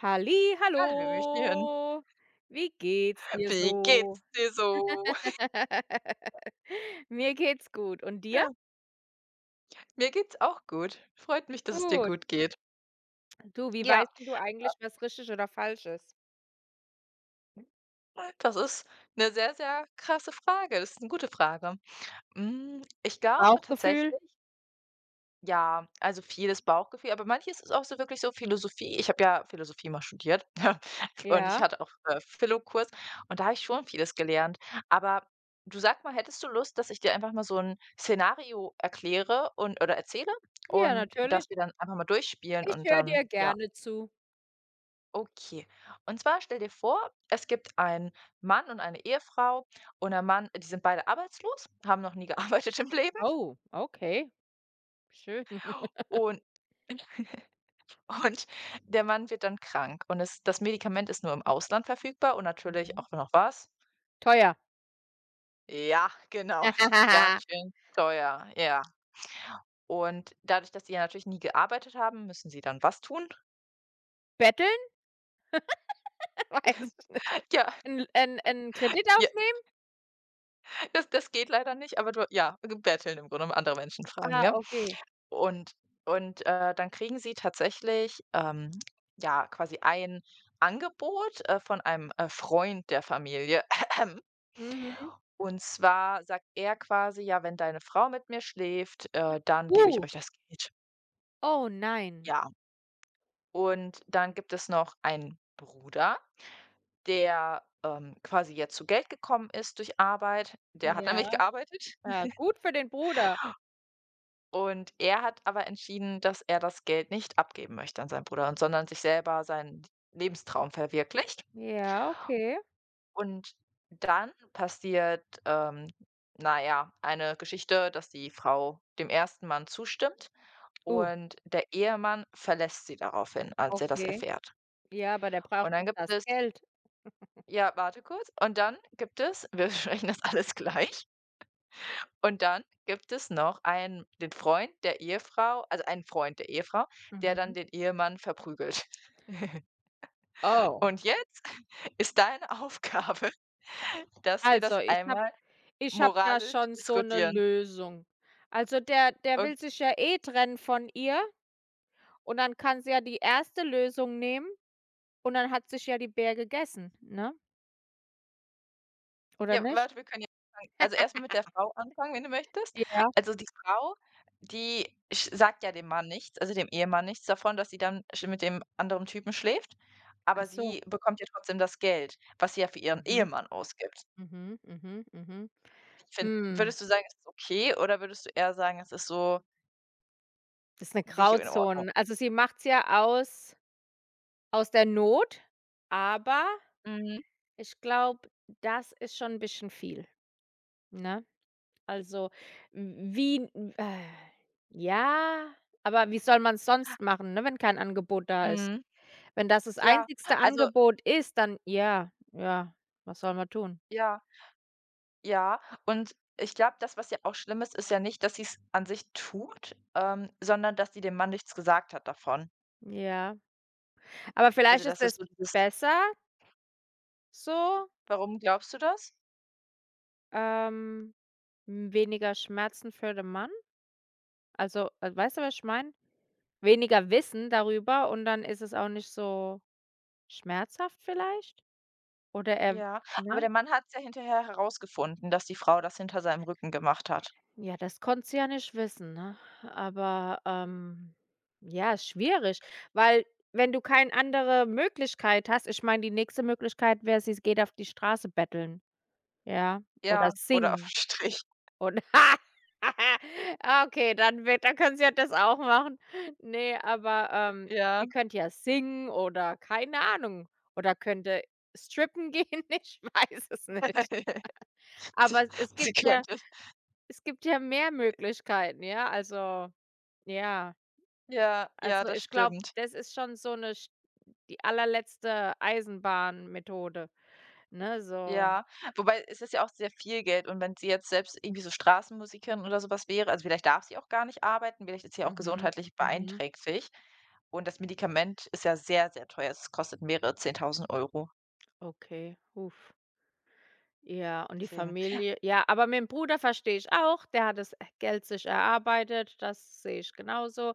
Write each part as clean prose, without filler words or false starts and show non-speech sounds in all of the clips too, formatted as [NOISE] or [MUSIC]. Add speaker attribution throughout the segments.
Speaker 1: Halli,
Speaker 2: Hallöchen.
Speaker 1: hallo. Wie geht's dir
Speaker 2: Wie geht's
Speaker 1: so?
Speaker 2: dir so?
Speaker 1: [LAUGHS] Mir geht's gut. Und dir?
Speaker 2: Ja, mir geht's auch gut. Freut mich, dass es dir
Speaker 1: Gut.
Speaker 2: gut geht.
Speaker 1: Du, wie
Speaker 2: Ja,
Speaker 1: weißt denn du eigentlich, was richtig oder falsch ist?
Speaker 2: das ist eine sehr, sehr krasse Frage. Das ist eine gute Frage. Ich glaube tatsächlich.
Speaker 1: Bauchgefühl?
Speaker 2: Ja, also vieles Bauchgefühl, aber manches ist auch so wirklich so Philosophie. Ich habe ja Philosophie mal studiert [LAUGHS] und ich
Speaker 1: Ja,
Speaker 2: hatte auch, Philo-Kurs und da habe ich schon vieles gelernt. Aber du sag mal, hättest du Lust, dass ich dir einfach mal so ein Szenario erkläre oder erzähle
Speaker 1: ja,
Speaker 2: und dass
Speaker 1: natürlich.
Speaker 2: wir dann einfach mal durchspielen
Speaker 1: Ich
Speaker 2: und
Speaker 1: höre
Speaker 2: dann
Speaker 1: dir
Speaker 2: ja,
Speaker 1: gerne zu.
Speaker 2: okay. Und zwar stell dir vor, es gibt einen Mann und eine Ehefrau und der Mann die sind beide arbeitslos, haben noch nie [LAUGHS] gearbeitet im Leben
Speaker 1: Oh, okay. Schön.
Speaker 2: und [LAUGHS] und der Mann wird dann krank und es das Medikament ist nur im Ausland verfügbar und natürlich
Speaker 1: Mhm.
Speaker 2: auch noch was.
Speaker 1: Teuer.
Speaker 2: Ja, genau, [LAUGHS] ganz
Speaker 1: [LAUGHS]
Speaker 2: schön teuer, ja. Und dadurch, dass sie ja natürlich nie gearbeitet haben, müssen sie dann was tun?
Speaker 1: Betteln? [LAUGHS] Weiß ich nicht.
Speaker 2: [LAUGHS] Ja,
Speaker 1: 'N ein Kredit
Speaker 2: ja,
Speaker 1: aufnehmen?
Speaker 2: das geht leider nicht, aber du ja, betteln im Grunde um andere Menschen fragen,
Speaker 1: Ah,
Speaker 2: ne?
Speaker 1: okay.
Speaker 2: Und dann kriegen sie tatsächlich, ja, quasi ein Angebot, von einem, Freund der Familie. [CLEARS THROAT]
Speaker 1: Mhm.
Speaker 2: Und zwar sagt er quasi: „Ja, wenn deine Frau mit mir schläft, dann gebe ich
Speaker 1: Uh,
Speaker 2: euch das Geld.“
Speaker 1: oh nein.
Speaker 2: Ja, und dann gibt es noch einen Bruder, der, quasi jetzt zu Geld gekommen ist durch Arbeit. Der hat
Speaker 1: Ja.
Speaker 2: nämlich gearbeitet
Speaker 1: Ja, gut für den Bruder.
Speaker 2: und er hat aber entschieden, dass er das Geld nicht abgeben möchte an seinen Bruder sondern sich selber seinen Lebenstraum verwirklicht.
Speaker 1: Ja, okay.
Speaker 2: Und dann passiert, na ja, eine Geschichte, dass die Frau dem ersten Mann zustimmt.
Speaker 1: Oh.
Speaker 2: Und der Ehemann verlässt sie daraufhin, als er das
Speaker 1: Okay.
Speaker 2: erfährt.
Speaker 1: Ja, aber der
Speaker 2: Und
Speaker 1: braucht doch
Speaker 2: dann gibt
Speaker 1: das
Speaker 2: es
Speaker 1: Geld.
Speaker 2: Ja, warte kurz. Und dann gibt es [LAUGHS] wir besprechen das alles gleich. Und dann gibt es noch einen den Freund der Ehefrau also einen Freund der Ehefrau, der dann
Speaker 1: Mhm.
Speaker 2: den Ehemann verprügelt.
Speaker 1: Oh,
Speaker 2: Und jetzt [LAUGHS] ist deine Aufgabe, [LAUGHS] dass wir das
Speaker 1: also ich habe
Speaker 2: einmal
Speaker 1: ich habe da
Speaker 2: moralisch
Speaker 1: schon so 'ne
Speaker 2: diskutieren,
Speaker 1: Lösung. Also der
Speaker 2: okay?
Speaker 1: will sich ja eh trennen von ihr und dann kann sie ja die erste Lösung nehmen und dann hat sich ja die Bär gegessen, ne? Oder
Speaker 2: Ja,
Speaker 1: nicht?
Speaker 2: warte, wir können ja anfangen. Also, erstmal mit der Frau anfangen, wenn du möchtest.
Speaker 1: Ja.
Speaker 2: Also, die Frau, die sch sagt ja dem Mann nichts, also dem Ehemann nichts davon, dass sie dann sch mit dem anderen Typen schläft,
Speaker 1: Ach
Speaker 2: aber
Speaker 1: so.
Speaker 2: sie bekommt ja trotzdem das Geld, was sie ja für ihren
Speaker 1: Mhm,
Speaker 2: Ehemann ausgibt.
Speaker 1: mhm, mhm, mhm.
Speaker 2: Wie fin
Speaker 1: Hm,
Speaker 2: würdest du sagen, es ist okay oder würdest du eher sagen, es ist so
Speaker 1: das ist 'ne
Speaker 2: nicht in Ordnung?
Speaker 1: Grauzone. Also sie macht's ja aus der Not, aber
Speaker 2: Mhm,
Speaker 1: ich glaube, das ist schon 'n bisschen viel, ne? Also, w wie w ja, aber wie soll man's sonst machen, ne, wenn kein Angebot da ist?
Speaker 2: mhm.
Speaker 1: Wenn das das
Speaker 2: Ja,
Speaker 1: einzigste
Speaker 2: also
Speaker 1: Angebot ist, dann ja, ja, was soll man tun?
Speaker 2: ja, ja. Und ich glaube, das, was ja auch schlimm ist, ist ja nicht, dass sie es an sich tut, sondern dass sie dem Mann nichts gesagt hat davon.
Speaker 1: Ja. Aber
Speaker 2: Also,
Speaker 1: vielleicht ist
Speaker 2: das ist
Speaker 1: es
Speaker 2: so dieses
Speaker 1: besser so,
Speaker 2: warum glaubst du das?
Speaker 1: ähm, weniger Schmerzen für den Mann. Also, weißt du, was ich meine? Weniger Wissen darüber und dann ist es auch nicht so schmerzhaft vielleicht? Oder er
Speaker 2: Ja, aber
Speaker 1: ne?
Speaker 2: der Mann hat's ja hinterher herausgefunden, dass die Frau das hinter seinem Rücken gemacht hat.
Speaker 1: Ja, das konnte sie ja nicht wissen, ne? Aber, ja, ist schwierig, weil wenn du keine andere Möglichkeit hast, ich meine, die nächste Möglichkeit wäre, sie geht auf die Straße betteln, ja, oder
Speaker 2: Ja. Oder auf 'n
Speaker 1: singen
Speaker 2: Strich.
Speaker 1: oder [LAUGHS] okay, dann können sie ja das auch machen. Ne, aber,
Speaker 2: Ja.
Speaker 1: sie könnte ja singen oder keine Ahnung oder könnte strippen gehen, [LAUGHS] ich weiß es nicht.
Speaker 2: [LAUGHS] Sie
Speaker 1: Aber es
Speaker 2: sie
Speaker 1: gibt ja
Speaker 2: könnte es.
Speaker 1: es gibt ja mehr Möglichkeiten, ja.
Speaker 2: Ja, ja,
Speaker 1: Also,
Speaker 2: das
Speaker 1: ich glaube,
Speaker 2: stimmt.
Speaker 1: das ist schon so 'ne sch die allerletzte Eisenbahnmethode, ne, so.
Speaker 2: Ja, wobei es ist ja auch sehr viel Geld und wenn sie jetzt selbst irgendwie so Straßenmusikerin oder so was wäre, also vielleicht darf sie auch gar nicht arbeiten, vielleicht ist sie ja auch
Speaker 1: Mhm,
Speaker 2: gesundheitlich
Speaker 1: mhm,
Speaker 2: beeinträchtigt und das Medikament ist ja sehr, sehr teuer. Es kostet mehrere 10.000 Euro.
Speaker 1: okay, uff. Ja, und die
Speaker 2: Deswegen
Speaker 1: Familie ja, aber mit'm Bruder verstehe ich auch, der hat das, Geld sich erarbeitet, das sehe ich genauso.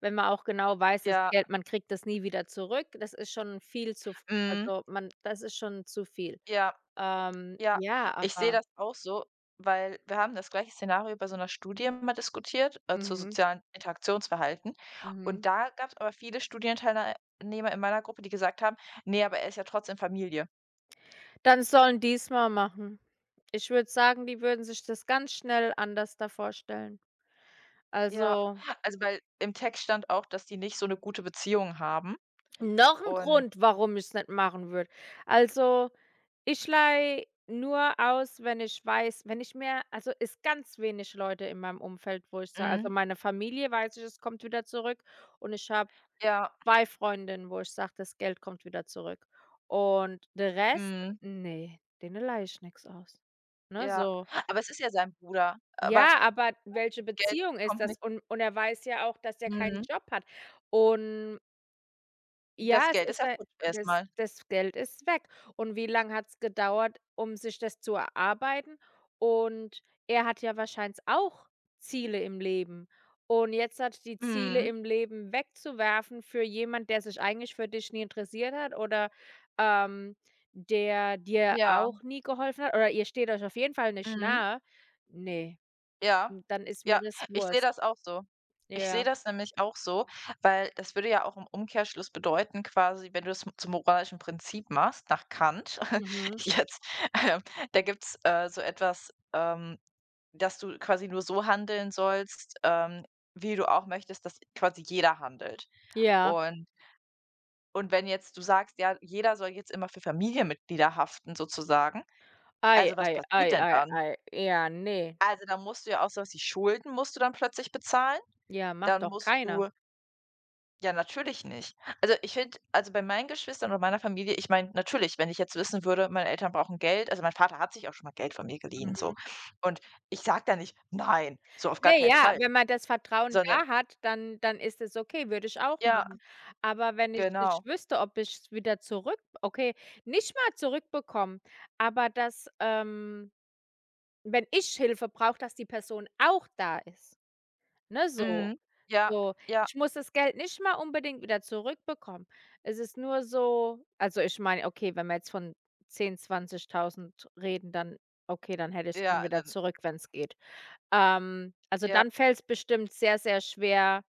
Speaker 1: Wenn man auch genau weiß, das
Speaker 2: ja,
Speaker 1: Geld man kriegt das nie wieder zurück, das ist schon viel zu f
Speaker 2: mhm,
Speaker 1: also, man das ist schon zu viel.
Speaker 2: ja. Ja,
Speaker 1: Ja,
Speaker 2: ich sehe
Speaker 1: aber
Speaker 2: das auch so, weil wir haben das gleiche Szenario bei so 'ner Studie mal diskutiert, zu
Speaker 1: mhm,
Speaker 2: sozialen Interaktionsverhalten. Und
Speaker 1: mhm.
Speaker 2: da gab es aber viele Studienteilnehmer in meiner Gruppe, die gesagt haben: nee, aber er ist ja trotzdem Familie.“
Speaker 1: Dann sollen die's mal machen. Ich würde sagen, die würden sich das ganz schnell anders da vorstellen.
Speaker 2: Ja,
Speaker 1: Also,
Speaker 2: also, weil im Text stand auch, dass die nicht so eine gute Beziehung haben
Speaker 1: noch ein
Speaker 2: und
Speaker 1: Grund, warum ich's nicht machen würde. Also, ich leihe nur aus, wenn ich weiß, wenn ich mir also, ist ganz wenig Leute in meinem Umfeld, wo ich sage, also,
Speaker 2: mhm,
Speaker 1: meine Familie weiß ich, es kommt wieder zurück und ich habe
Speaker 2: ja,
Speaker 1: 2 Freundinnen, wo ich sage, das Geld kommt wieder zurück. Und der Rest,
Speaker 2: mhm,
Speaker 1: nee, denen leihe ich nix aus. Ne,
Speaker 2: ja.
Speaker 1: so.
Speaker 2: Aber es ist ja sein Bruder, aber
Speaker 1: Ja, aber welche
Speaker 2: Geld
Speaker 1: Beziehung ist
Speaker 2: kommt
Speaker 1: das?
Speaker 2: nicht.
Speaker 1: Und er weiß ja auch, dass er keinen
Speaker 2: Mhm,
Speaker 1: Job hat. Und
Speaker 2: das
Speaker 1: ja, es
Speaker 2: Geld ist
Speaker 1: ist
Speaker 2: ja
Speaker 1: ei
Speaker 2: futsch erstmal. Mal.
Speaker 1: das Geld ist weg. Und wie lange hat es gedauert, um sich das zu erarbeiten? Und er hat ja wahrscheinlich auch Ziele im Leben. Und jetzt hat die Ziele
Speaker 2: Mhm,
Speaker 1: im Leben wegzuwerfen für jemand, der sich eigentlich für dich nie interessiert hat oder, ähm, der dir
Speaker 2: ja,
Speaker 1: auch nie geholfen hat oder ihr steht euch auf jeden Fall nicht
Speaker 2: mhm.
Speaker 1: nahe. Ne.
Speaker 2: Ja,
Speaker 1: Hm, dann ist
Speaker 2: ja,
Speaker 1: mir das
Speaker 2: ich sehe
Speaker 1: Wurst.
Speaker 2: das auch so. Ich sehe
Speaker 1: Ja,
Speaker 2: das nämlich auch so, weil das würde ja auch im Umkehrschluss bedeuten quasi, wenn du das zum moralischen Prinzip machst, nach Kant [LAUGHS]
Speaker 1: mhm,
Speaker 2: jetzt, ähm, da gibt's, so etwas, dass du quasi nur so handeln sollst, wie du auch möchtest, dass quasi jeder handelt.
Speaker 1: ja.
Speaker 2: Und wenn jetzt du sagst: „Ja, jeder soll jetzt immer für Familienmitglieder haften“, sozusagen,
Speaker 1: Ei,
Speaker 2: also was
Speaker 1: ei,
Speaker 2: passiert
Speaker 1: ei,
Speaker 2: denn
Speaker 1: ei,
Speaker 2: dann?
Speaker 1: ei. Ja, nee.
Speaker 2: Also, da musst du ja auch sowas wie Schulden musst du dann plötzlich bezahlen.
Speaker 1: Ja, macht
Speaker 2: Dann
Speaker 1: doch
Speaker 2: musst
Speaker 1: keiner.
Speaker 2: du ja, natürlich nicht. Also, ich finde, also bei meinen Geschwistern oder meiner Familie, ich meine, natürlich, wenn ich jetzt wissen würde, meine Eltern brauchen Geld, also mein Vater hat sich auch schon mal Geld von mir geliehen, so.
Speaker 1: Mhm.
Speaker 2: Und ich sage da nicht: „Nein“, so auf gar
Speaker 1: Ne,
Speaker 2: keinen
Speaker 1: ja,
Speaker 2: Fall,
Speaker 1: wenn man das Vertrauen
Speaker 2: sondern
Speaker 1: da hat, dann ist es okay, würde ich auch
Speaker 2: ja,
Speaker 1: machen. Aber wenn ich nicht
Speaker 2: genau.
Speaker 1: wüsste, ob ich es wieder zurück okay, nicht mal zurückbekomme, aber dass, wenn ich Hilfe brauche, dass die Person auch da ist, ne, so.
Speaker 2: Mhm. Ja,
Speaker 1: So,
Speaker 2: ja,
Speaker 1: ich muss das Geld nicht mal unbedingt wieder zurückbekommen. Es ist nur so also, ich meine, okay, wenn wir jetzt von 10, 20.000 reden, dann okay, dann hätte ich's gern
Speaker 2: ja,
Speaker 1: wieder
Speaker 2: dann
Speaker 1: zurück, wenn es geht. Also,
Speaker 2: ja,
Speaker 1: dann fällt es bestimmt sehr, sehr schwer.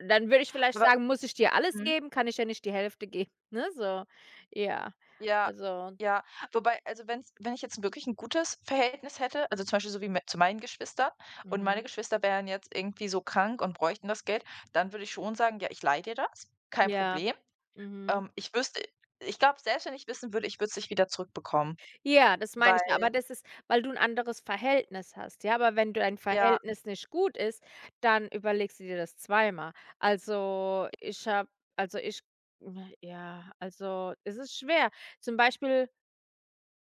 Speaker 1: Dann würde ich vielleicht
Speaker 2: aber
Speaker 1: sagen: „Muss ich dir alles
Speaker 2: mhm.
Speaker 1: geben? Kann ich ja nicht die Hälfte geben“, [LAUGHS] ne, so. Ja,
Speaker 2: Ja,
Speaker 1: also
Speaker 2: ja. Wobei, also wenn ich jetzt wirklich ein gutes Verhältnis hätte, also zum Beispiel so wie mit zu meinen Geschwistern, und meine
Speaker 1: mhm.
Speaker 2: Geschwister wären jetzt irgendwie so krank und bräuchten das Geld, dann würde ich schon sagen: „Ja, ich leihe dir das, kein
Speaker 1: Ja,
Speaker 2: Problem.“
Speaker 1: mhm.
Speaker 2: Ähm, ich wüsste ich glaube, selbst wenn ich wissen würde, ich würde es nicht wieder zurückbekommen,
Speaker 1: Ja, das meine ich ja,
Speaker 2: weil
Speaker 1: aber das ist weil du 'n anderes Verhältnis hast, ja? Aber wenn dein
Speaker 2: ja,
Speaker 1: Verhältnis nicht gut ist, dann überlegst du dir das zweimal. Also, ich habe also, ich hm, ja, also, es ist schwer. Zum Beispiel,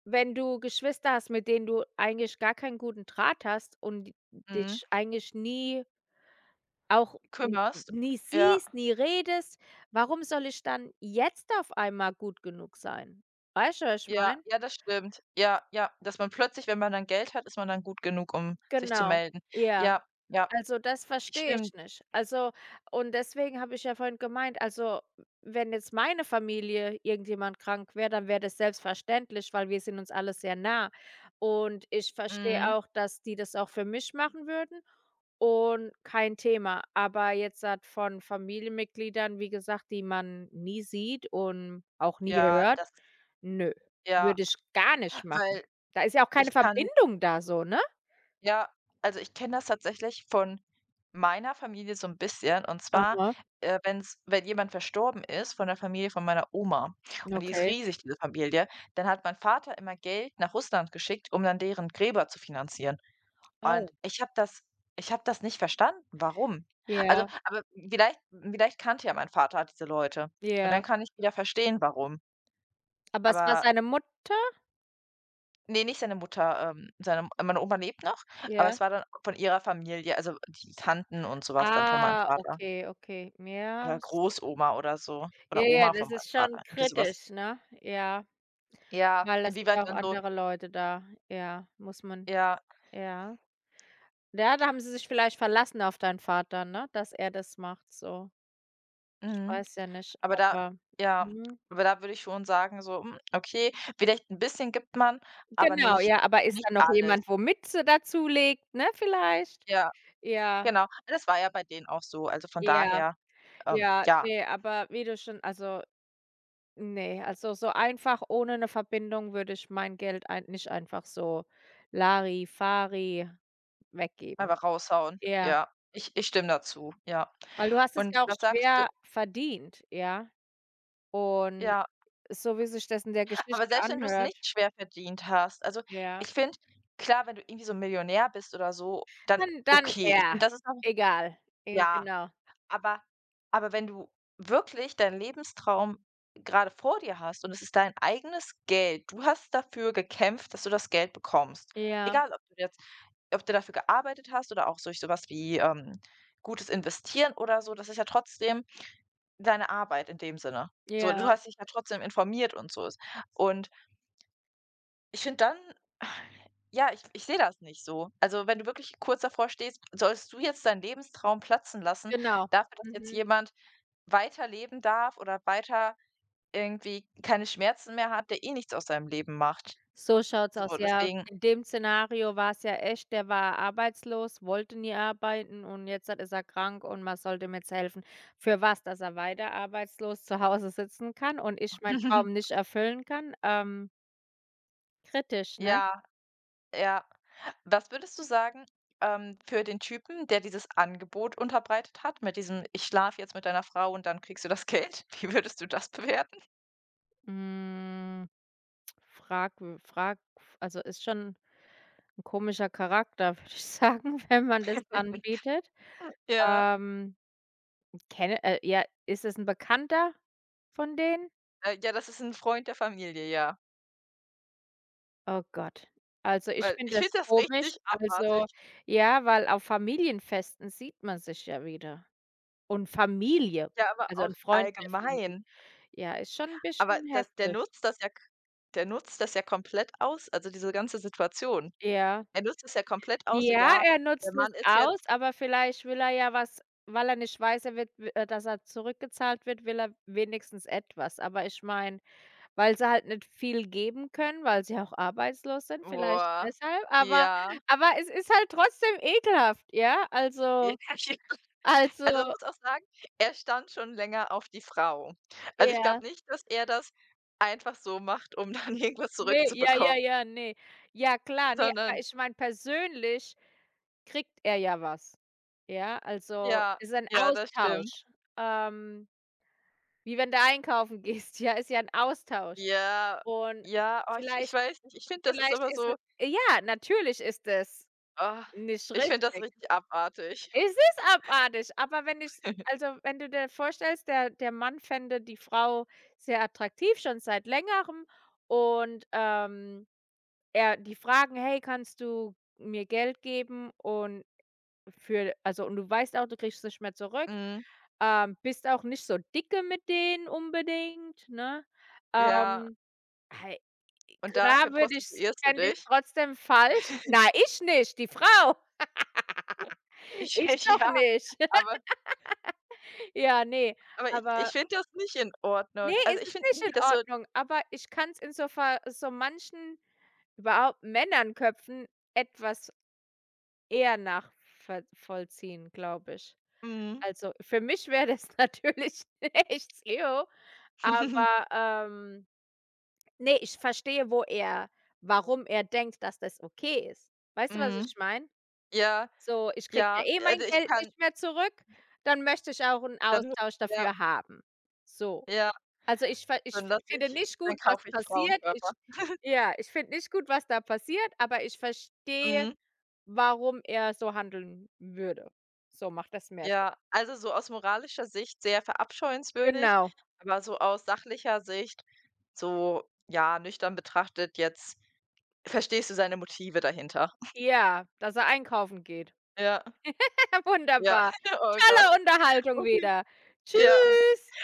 Speaker 1: wenn du Geschwister hast, mit denen du eigentlich gar keinen guten Draht hast und
Speaker 2: mhm,
Speaker 1: dich eigentlich nie auch n
Speaker 2: kümmerst.
Speaker 1: nie
Speaker 2: Ja,
Speaker 1: siehst, nie redest, warum soll ich dann jetzt auf einmal gut genug sein? Weißt du, was ich
Speaker 2: ja,
Speaker 1: meine?
Speaker 2: ja, das stimmt. Ja, ja, dass man plötzlich, wenn man dann Geld hat, ist man dann gut genug, um sich zu
Speaker 1: Genau.
Speaker 2: melden.
Speaker 1: Ja.
Speaker 2: Ja, ja,
Speaker 1: Also, das verstehe ich
Speaker 2: stimmt.
Speaker 1: nicht. Also und deswegen habe ich ja vorhin gemeint, also, wenn jetzt meine Familie irgendjemand krank wäre, dann wäre das selbstverständlich, weil wir sind uns alle sehr nah. Und ich verstehe
Speaker 2: Mhm.
Speaker 1: auch, dass die das auch für mich machen würden und kein Thema. Aber jetzt halt von Familienmitgliedern, wie gesagt, die man nie sieht und auch nie
Speaker 2: Ja,
Speaker 1: hört,
Speaker 2: das
Speaker 1: nö,
Speaker 2: ja,
Speaker 1: würde ich gar nicht machen.
Speaker 2: weil
Speaker 1: Da ist ja auch keine
Speaker 2: ich kann
Speaker 1: Verbindung da so, ne?
Speaker 2: ja, also, ich kenne das tatsächlich von meiner Familie so ein bisschen, und zwar,
Speaker 1: Aha,
Speaker 2: wenn jemand verstorben ist von der Familie von meiner Oma, und die ist
Speaker 1: okay.
Speaker 2: riesig, diese Familie, dann hat mein Vater immer Geld nach Russland geschickt, um dann deren Gräber zu finanzieren. Und
Speaker 1: Oh,
Speaker 2: ich habe das nicht verstanden, warum. Also,
Speaker 1: ja.
Speaker 2: aber vielleicht kannte ja mein Vater diese Leute und
Speaker 1: Ja.
Speaker 2: dann kann ich wieder verstehen, warum.
Speaker 1: Aber es war
Speaker 2: Aber
Speaker 1: seine Mutter?
Speaker 2: ne, nicht seine Mutter, seine meine Oma lebt noch, aber
Speaker 1: Ja.
Speaker 2: es war dann von ihrer Familie, also die Tanten und sowas dann von meinem
Speaker 1: Ah,
Speaker 2: Vater
Speaker 1: okay, okay.
Speaker 2: oder Großoma oder so
Speaker 1: Ja,
Speaker 2: oder
Speaker 1: ja,
Speaker 2: Oma von
Speaker 1: das
Speaker 2: meinem
Speaker 1: ist schon
Speaker 2: Vater, irgendwie sowas.
Speaker 1: kritisch, ne? Ja,
Speaker 2: Ja,
Speaker 1: weil das sind
Speaker 2: inwieweit
Speaker 1: ja auch
Speaker 2: dann so
Speaker 1: andere Leute da. Ja, muss man
Speaker 2: ja,
Speaker 1: ja. Ja, da haben sie sich vielleicht verlassen auf deinen Vater, ne, dass er das macht so. Ich
Speaker 2: mhm.
Speaker 1: weiß ja nicht,
Speaker 2: Aber da
Speaker 1: aber
Speaker 2: ja,
Speaker 1: mhm.
Speaker 2: aber da würde ich schon sagen so: „Hm, okay, vielleicht ein bisschen gibt man, aber
Speaker 1: Genau,
Speaker 2: nicht
Speaker 1: ja, aber ist
Speaker 2: nicht
Speaker 1: da noch
Speaker 2: alles.“
Speaker 1: jemand, wo Mütze dazu legt, ne, vielleicht?
Speaker 2: Ja,
Speaker 1: Ja,
Speaker 2: genau. Das war ja bei denen auch so. Also von
Speaker 1: ja,
Speaker 2: daher,
Speaker 1: ja,
Speaker 2: ja,
Speaker 1: ne, aber wie du schon also ne, also, so einfach ohne eine Verbindung würde ich mein Geld ein nicht einfach so Larifari weggeben.
Speaker 2: einfach raushauen.
Speaker 1: Ja,
Speaker 2: Ja, ich stimme dazu, ja.
Speaker 1: weil du hast es
Speaker 2: Und
Speaker 1: ja auch
Speaker 2: was sagst du?
Speaker 1: schwer verdient, ja? Und
Speaker 2: Ja,
Speaker 1: so wie sich das in der
Speaker 2: aber
Speaker 1: Geschichte
Speaker 2: selbst wenn du es
Speaker 1: anhört
Speaker 2: nicht schwer verdient hast, also ich
Speaker 1: ja,
Speaker 2: finde, klar, wenn du irgendwie so Millionär bist oder so, dann
Speaker 1: dann
Speaker 2: okay. Ich
Speaker 1: ja,
Speaker 2: finde, das ist noch
Speaker 1: egal.
Speaker 2: ja,
Speaker 1: Genau.
Speaker 2: aber aber wenn du wirklich deinen Lebenstraum gerade vor dir hast und es ist dein eigenes Geld, du hast dafür gekämpft, dass du das Geld bekommst.
Speaker 1: Ja,
Speaker 2: Egal, ob du dafür gearbeitet hast oder auch durch so was wie, gutes Investieren oder so, das ist ja trotzdem deine Arbeit in dem Sinne. So, du
Speaker 1: ja,
Speaker 2: hast dich ja trotzdem informiert und so. Und ich finde dann ja, ich sehe das nicht so. Also, wenn du wirklich kurz davor stehst, sollst du jetzt deinen Lebenstraum platzen lassen,
Speaker 1: genau.
Speaker 2: dafür, dass jetzt
Speaker 1: Mhm.
Speaker 2: jemand weiterleben darf oder weiter irgendwie keine Schmerzen mehr hat, der eh nichts aus seinem Leben macht.
Speaker 1: So schaut's
Speaker 2: So,
Speaker 1: aus, ja.
Speaker 2: deswegen
Speaker 1: In dem Szenario war es ja echt, der war arbeitslos, wollte nie arbeiten und jetzt hat ist er krank und man sollte ihm jetzt helfen. Für was? Dass er weiter arbeitslos zu Hause sitzen kann und ich meinen Traum
Speaker 2: [LAUGHS]
Speaker 1: nicht erfüllen kann? Kritisch, ne?
Speaker 2: ja, ja. Was würdest du sagen, für den Typen, der dieses Angebot unterbreitet hat mit diesem: „Ich schlafe jetzt mit deiner Frau und dann kriegst du das Geld.“ [LAUGHS] Wie würdest du das bewerten?
Speaker 1: Hm, fragw frag also, ist schon ein komischer Charakter, [LAUGHS] würde ich sagen, [LAUGHS] wenn man das
Speaker 2: [LAUGHS]
Speaker 1: anbietet.
Speaker 2: Ja.
Speaker 1: Ähm, kenne ja, ist es ein Bekannter von denen?
Speaker 2: Ja, das ist ein Freund der Familie, ja.
Speaker 1: Oh Gott. Also, ich
Speaker 2: Weil
Speaker 1: finde
Speaker 2: ich
Speaker 1: das
Speaker 2: finde das
Speaker 1: komisch.
Speaker 2: richtig abartig.
Speaker 1: Also, ja, weil auf Familienfesten sieht man sich ja wieder. Und Familie,
Speaker 2: Ja, aber
Speaker 1: also,
Speaker 2: auch
Speaker 1: 'n Freund der Familie.
Speaker 2: allgemein.
Speaker 1: Ja, ist schon ein
Speaker 2: Aber
Speaker 1: bisschen
Speaker 2: das der
Speaker 1: heftig.
Speaker 2: nutzt das ja k der nutzt das ja komplett aus, also diese ganze Situation.
Speaker 1: Ja.
Speaker 2: Er nutzt es ja komplett aus, so:
Speaker 1: Ja,
Speaker 2: „Ja,
Speaker 1: er
Speaker 2: der
Speaker 1: nutzt es
Speaker 2: Mann ist
Speaker 1: aus,
Speaker 2: jetzt“
Speaker 1: aber vielleicht will er ja was weil er nicht weiß, er wird dass er zurückgezahlt wird, will er wenigstens etwas. Aber ich meine, weil sie halt nicht viel geben können, weil sie auch arbeitslos sind, vielleicht
Speaker 2: boah,
Speaker 1: deshalb,
Speaker 2: ja,
Speaker 1: aber es ist halt trotzdem ekelhaft, ja?
Speaker 2: ja,
Speaker 1: Also
Speaker 2: [LAUGHS] also man
Speaker 1: Also,
Speaker 2: muss auch sagen, er stand schon länger auf die Frau. Also, ich
Speaker 1: ja.
Speaker 2: glaube nicht, dass er das einfach so macht, um dann [LAUGHS] irgendwas
Speaker 1: Ne,
Speaker 2: zurückzubekommen,
Speaker 1: ne. Ja klar, ne, aber
Speaker 2: sondern
Speaker 1: ich meine, persönlich kriegt er ja was. Ja, also,
Speaker 2: ja,
Speaker 1: ist ein
Speaker 2: ja, das stimmt.
Speaker 1: Austausch. Ähm, wie wenn du einkaufen [LAUGHS] gehst, ja, ist ja 'n Austausch.
Speaker 2: Ja,
Speaker 1: Und
Speaker 2: ja, oh, ich
Speaker 1: vielleicht
Speaker 2: weiß nicht. Ich finde, das ist
Speaker 1: vielleicht
Speaker 2: aber
Speaker 1: ist
Speaker 2: so
Speaker 1: e ja, natürlich ist es
Speaker 2: Ah,
Speaker 1: nicht
Speaker 2: ich finde das
Speaker 1: richtig.
Speaker 2: richtig abartig.
Speaker 1: Es ist abartig, aber wenn ich also, wenn du dir vorstellst, der Mann fände die Frau sehr attraktiv, schon seit Längerem und, ja, die fragen: „Hey, kannst du mir Geld geben?“ Und für also, und du weißt auch, du kriegst es nicht mehr zurück.
Speaker 2: Mhm,
Speaker 1: Bist auch nicht so dicke mit denen unbedingt, ne?
Speaker 2: ja,
Speaker 1: Ähm, hei
Speaker 2: und dafür
Speaker 1: klar würde ich
Speaker 2: prostituierst du
Speaker 1: fände ich
Speaker 2: dich?
Speaker 1: trotzdem falsch. Na, ich nicht, die Frau. [LAUGHS]
Speaker 2: Ich
Speaker 1: Ich
Speaker 2: [LAUGHS]
Speaker 1: doch
Speaker 2: ja,
Speaker 1: nicht. [LAUGHS]
Speaker 2: aber
Speaker 1: Ja, nee
Speaker 2: aber ich
Speaker 1: aber
Speaker 2: finde das nicht in
Speaker 1: ne,
Speaker 2: Ordnung. Also,
Speaker 1: es
Speaker 2: ich
Speaker 1: ist
Speaker 2: finde
Speaker 1: nicht
Speaker 2: irgendwie
Speaker 1: in
Speaker 2: das so
Speaker 1: Ordnung, aber ich kann's in so Fall so manchen, überhaupt Männernköpfen etwas eher nachver vollziehen, glaube ich.
Speaker 2: mhm,
Speaker 1: Also, für mich wäre das [LAUGHS] natürlich nichts, Leo.
Speaker 2: mhm,
Speaker 1: aber, ähm ne, ich verstehe, wo er warum er denkt, dass das okay ist. Weißt du, was ich
Speaker 2: [LAUGHS]
Speaker 1: meine?
Speaker 2: ja,
Speaker 1: So, ich kriege ja
Speaker 2: ja,
Speaker 1: eh
Speaker 2: also,
Speaker 1: mein
Speaker 2: ich
Speaker 1: Geld
Speaker 2: kann
Speaker 1: nicht mehr zurück, dann möchte ich auch einen
Speaker 2: dann
Speaker 1: Austausch
Speaker 2: ja,
Speaker 1: dafür haben. So.
Speaker 2: ja,
Speaker 1: Also, ich
Speaker 2: dann lasse
Speaker 1: finde
Speaker 2: ich
Speaker 1: nicht
Speaker 2: dann
Speaker 1: gut, was
Speaker 2: kaufe ich
Speaker 1: passiert.
Speaker 2: Frauenkörper.
Speaker 1: Ich ja, ich finde nicht gut, was da passiert, aber ich verstehe
Speaker 2: Mhm,
Speaker 1: warum er so handeln würde. So macht das mehr Sinn.
Speaker 2: ja, also, so aus moralischer Sicht sehr verabscheuenswürdig,
Speaker 1: Genau.
Speaker 2: aber so aus sachlicher Sicht so, ja, nüchtern betrachtet jetzt verstehst du seine Motive dahinter?
Speaker 1: Ja, dass er einkaufen geht.
Speaker 2: Ja,
Speaker 1: [LAUGHS]
Speaker 2: ja.
Speaker 1: Wunderbar.
Speaker 2: [LAUGHS] Oh Gott.
Speaker 1: Tolle Unterhaltung
Speaker 2: Okay.
Speaker 1: wieder.
Speaker 2: Ja.
Speaker 1: Tschüss.